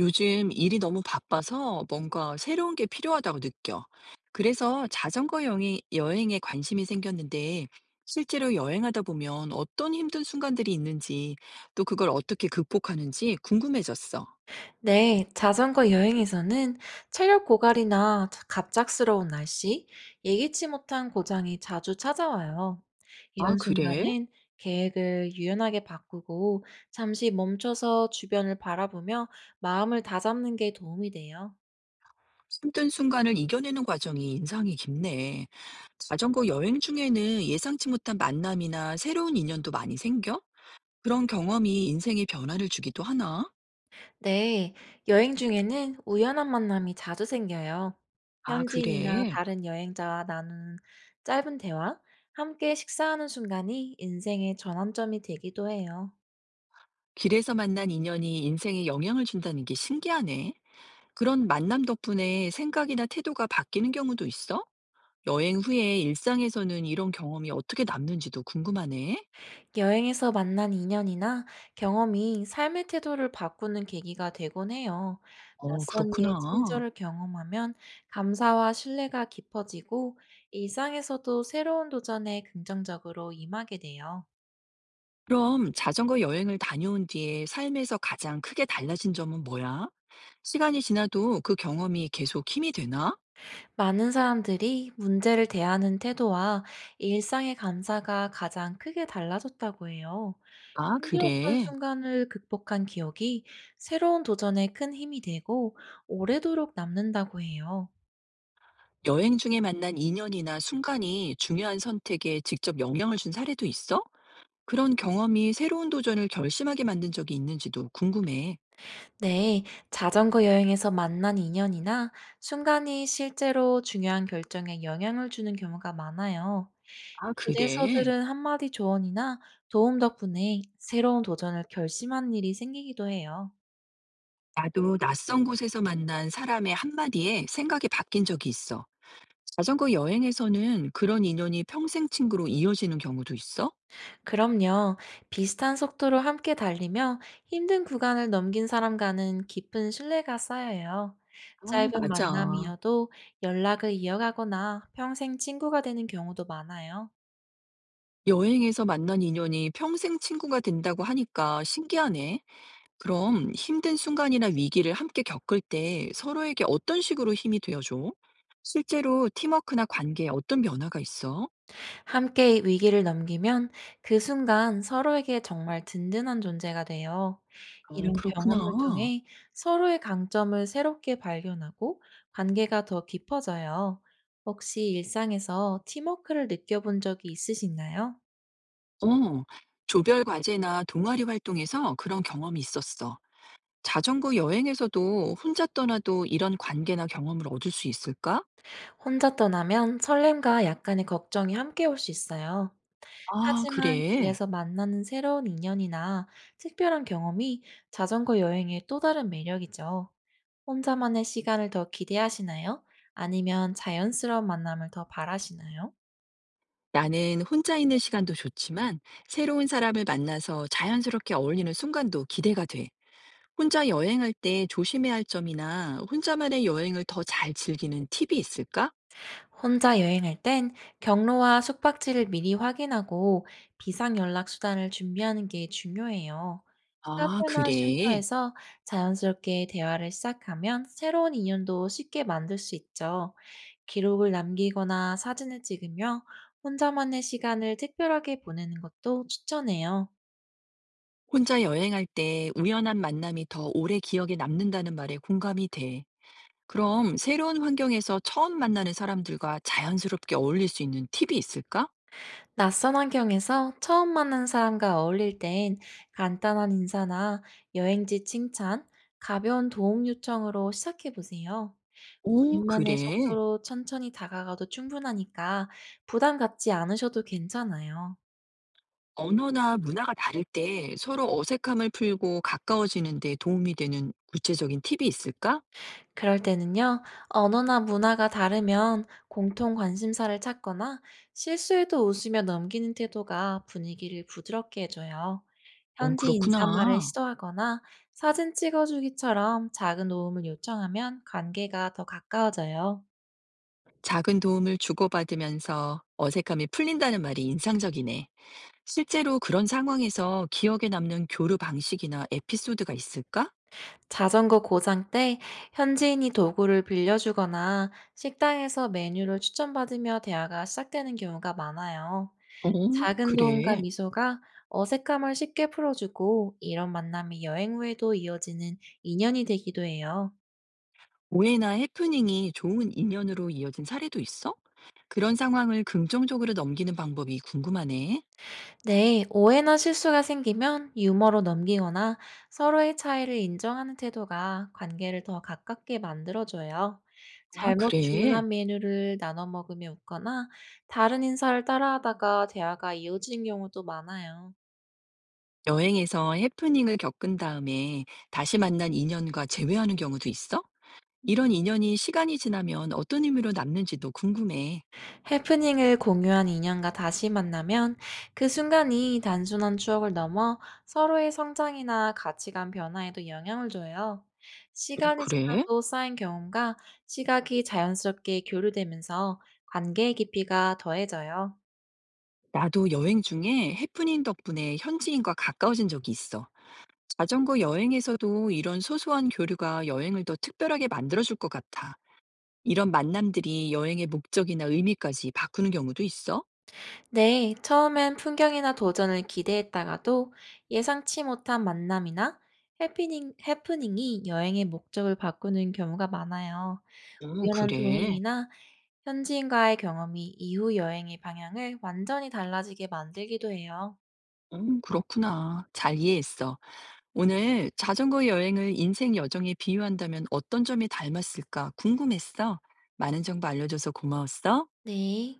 요즘 일이 너무 바빠서 뭔가 새로운 게 필요하다고 느껴. 그래서 여행에 관심이 생겼는데, 실제로 여행하다 보면 어떤 힘든 순간들이 있는지, 또 그걸 어떻게 극복하는지 궁금해졌어. 네, 자전거 여행에서는 체력 고갈이나 갑작스러운 날씨, 예기치 못한 고장이 자주 찾아와요. 아, 이런 그래? 순간엔 계획을 유연하게 바꾸고 잠시 멈춰서 주변을 바라보며 마음을 다잡는 게 도움이 돼요. 힘든 순간을 이겨내는 과정이 인상이 깊네. 자전거 여행 중에는 예상치 못한 만남이나 새로운 인연도 많이 생겨? 그런 경험이 인생에 변화를 주기도 하나? 네, 여행 중에는 우연한 만남이 자주 생겨요. 아, 현지인이나 그래. 다른 여행자와 나누는 짧은 대화, 함께 식사하는 순간이 인생의 전환점이 되기도 해요. 길에서 만난 인연이 인생에 영향을 준다는 게 신기하네. 그런 만남 덕분에 생각이나 태도가 바뀌는 경우도 있어? 여행 후에 일상에서는 이런 경험이 어떻게 남는지도 궁금하네. 여행에서 만난 인연이나 경험이 삶의 태도를 바꾸는 계기가 되곤 해요. 어, 낯선 이의 그렇구나. 친절을 경험하면 감사와 신뢰가 깊어지고 일상에서도 새로운 도전에 긍정적으로 임하게 돼요. 그럼 자전거 여행을 다녀온 뒤에 삶에서 가장 크게 달라진 점은 뭐야? 시간이 지나도 그 경험이 계속 힘이 되나? 많은 사람들이 문제를 대하는 태도와 일상의 감사가 가장 크게 달라졌다고 해요. 아, 힘들었던 그래. 순간을 극복한 기억이 새로운 도전에 큰 힘이 되고 오래도록 남는다고 해요. 여행 중에 만난 인연이나 순간이 중요한 선택에 직접 영향을 준 사례도 있어? 그런 경험이 새로운 도전을 결심하게 만든 적이 있는지도 궁금해. 네, 자전거 여행에서 만난 인연이나 순간이 실제로 중요한 결정에 영향을 주는 경우가 많아요. 아, 길에서 그래? 들은 한마디 조언이나 도움 덕분에 새로운 도전을 결심한 일이 생기기도 해요. 나도 낯선 곳에서 만난 사람의 한마디에 생각이 바뀐 적이 있어. 자전거 여행에서는 그런 인연이 평생 친구로 이어지는 경우도 있어? 그럼요, 비슷한 속도로 함께 달리며 힘든 구간을 넘긴 사람과는 깊은 신뢰가 쌓여요. 아, 짧은 맞아. 만남이어도 연락을 이어가거나 평생 친구가 되는 경우도 많아요. 여행에서 만난 인연이 평생 친구가 된다고 하니까 신기하네. 그럼 힘든 순간이나 위기를 함께 겪을 때 서로에게 어떤 식으로 힘이 되어줘? 실제로 팀워크나 관계에 어떤 변화가 있어? 함께 위기를 넘기면 그 순간 서로에게 정말 든든한 존재가 돼요. 어, 이런 경험을 그렇구나. 통해 서로의 강점을 새롭게 발견하고 관계가 더 깊어져요. 혹시 일상에서 팀워크를 느껴본 적이 있으신가요? 어. 조별 과제나 동아리 활동에서 그런 경험이 있었어. 자전거 여행에서도 혼자 떠나도 이런 관계나 경험을 얻을 수 있을까? 혼자 떠나면 설렘과 약간의 걱정이 함께 올 수 있어요. 아, 하지만 그래. 길에서 만나는 새로운 인연이나 특별한 경험이 자전거 여행의 또 다른 매력이죠. 혼자만의 시간을 더 기대하시나요? 아니면 자연스러운 만남을 더 바라시나요? 나는 혼자 있는 시간도 좋지만 새로운 사람을 만나서 자연스럽게 어울리는 순간도 기대가 돼. 혼자 여행할 때 조심해야 할 점이나 혼자만의 여행을 더 잘 즐기는 팁이 있을까? 혼자 여행할 땐 경로와 숙박지를 미리 확인하고 비상 연락 수단을 준비하는 게 중요해요. 아, 카페나 그래. 쉼터에서 자연스럽게 대화를 시작하면 새로운 인연도 쉽게 만들 수 있죠. 기록을 남기거나 사진을 찍으며 혼자만의 시간을 특별하게 보내는 것도 추천해요. 혼자 여행할 때 우연한 만남이 더 오래 기억에 남는다는 말에 공감이 돼. 그럼 새로운 환경에서 처음 만나는 사람들과 자연스럽게 어울릴 수 있는 팁이 있을까? 낯선 환경에서 처음 만난 사람과 어울릴 땐 간단한 인사나 여행지 칭찬, 가벼운 도움 요청으로 시작해 보세요. 오, 본인만의 그래. 속도로 천천히 다가가도 충분하니까 부담 갖지 않으셔도 괜찮아요. 언어나 문화가 다를 때 서로 어색함을 풀고 가까워지는 데 도움이 되는 구체적인 팁이 있을까? 그럴 때는요, 언어나 문화가 다르면 공통 관심사를 찾거나 실수에도 웃으며 넘기는 태도가 분위기를 부드럽게 해줘요. 어, 현지 인사말을 그렇구나. 시도하거나 사진 찍어주기처럼 작은 도움을 요청하면 관계가 더 가까워져요. 작은 도움을 주고받으면서 어색함이 풀린다는 말이 인상적이네. 실제로 그런 상황에서 기억에 남는 교류 방식이나 에피소드가 있을까? 자전거 고장 때 현지인이 도구를 빌려주거나 식당에서 메뉴를 추천받으며 대화가 시작되는 경우가 많아요. 어, 작은 도움과 그래. 미소가 어색함을 쉽게 풀어주고 이런 만남이 여행 후에도 이어지는 인연이 되기도 해요. 오해나 해프닝이 좋은 인연으로 이어진 사례도 있어? 그런 상황을 긍정적으로 넘기는 방법이 궁금하네. 네, 오해나 실수가 생기면 유머로 넘기거나 서로의 차이를 인정하는 태도가 관계를 더 가깝게 만들어줘요. 아, 잘못 그래. 주문한 메뉴를 나눠 먹으며 웃거나 다른 인사를 따라하다가 대화가 이어지는 경우도 많아요. 여행에서 해프닝을 겪은 다음에 다시 만난 인연과 재회하는 경우도 있어? 이런 인연이 시간이 지나면 어떤 의미로 남는지도 궁금해. 해프닝을 공유한 인연과 다시 만나면 그 순간이 단순한 추억을 넘어 서로의 성장이나 가치관 변화에도 영향을 줘요. 오, 시간이 그래? 지나도 쌓인 경험과 시각이 자연스럽게 교류되면서 관계의 깊이가 더해져요. 나도 여행 중에 해프닝 덕분에 현지인과 가까워진 적이 있어. 자전거 여행에서도 이런 소소한 교류가 여행을 더 특별하게 만들어줄 것 같아. 이런 만남들이 여행의 목적이나 의미까지 바꾸는 경우도 있어? 네, 처음엔 풍경이나 도전을 기대했다가도 예상치 못한 만남이나 해프닝이 여행의 목적을 바꾸는 경우가 많아요. 어, 우연한 그래. 동행이나 현지인과의 경험이 이후 여행의 방향을 완전히 달라지게 만들기도 해요. 그렇구나. 잘 이해했어. 오늘 자전거 여행을 인생 여정에 비유한다면 어떤 점이 닮았을까 궁금했어. 많은 정보 알려줘서 고마웠어. 네.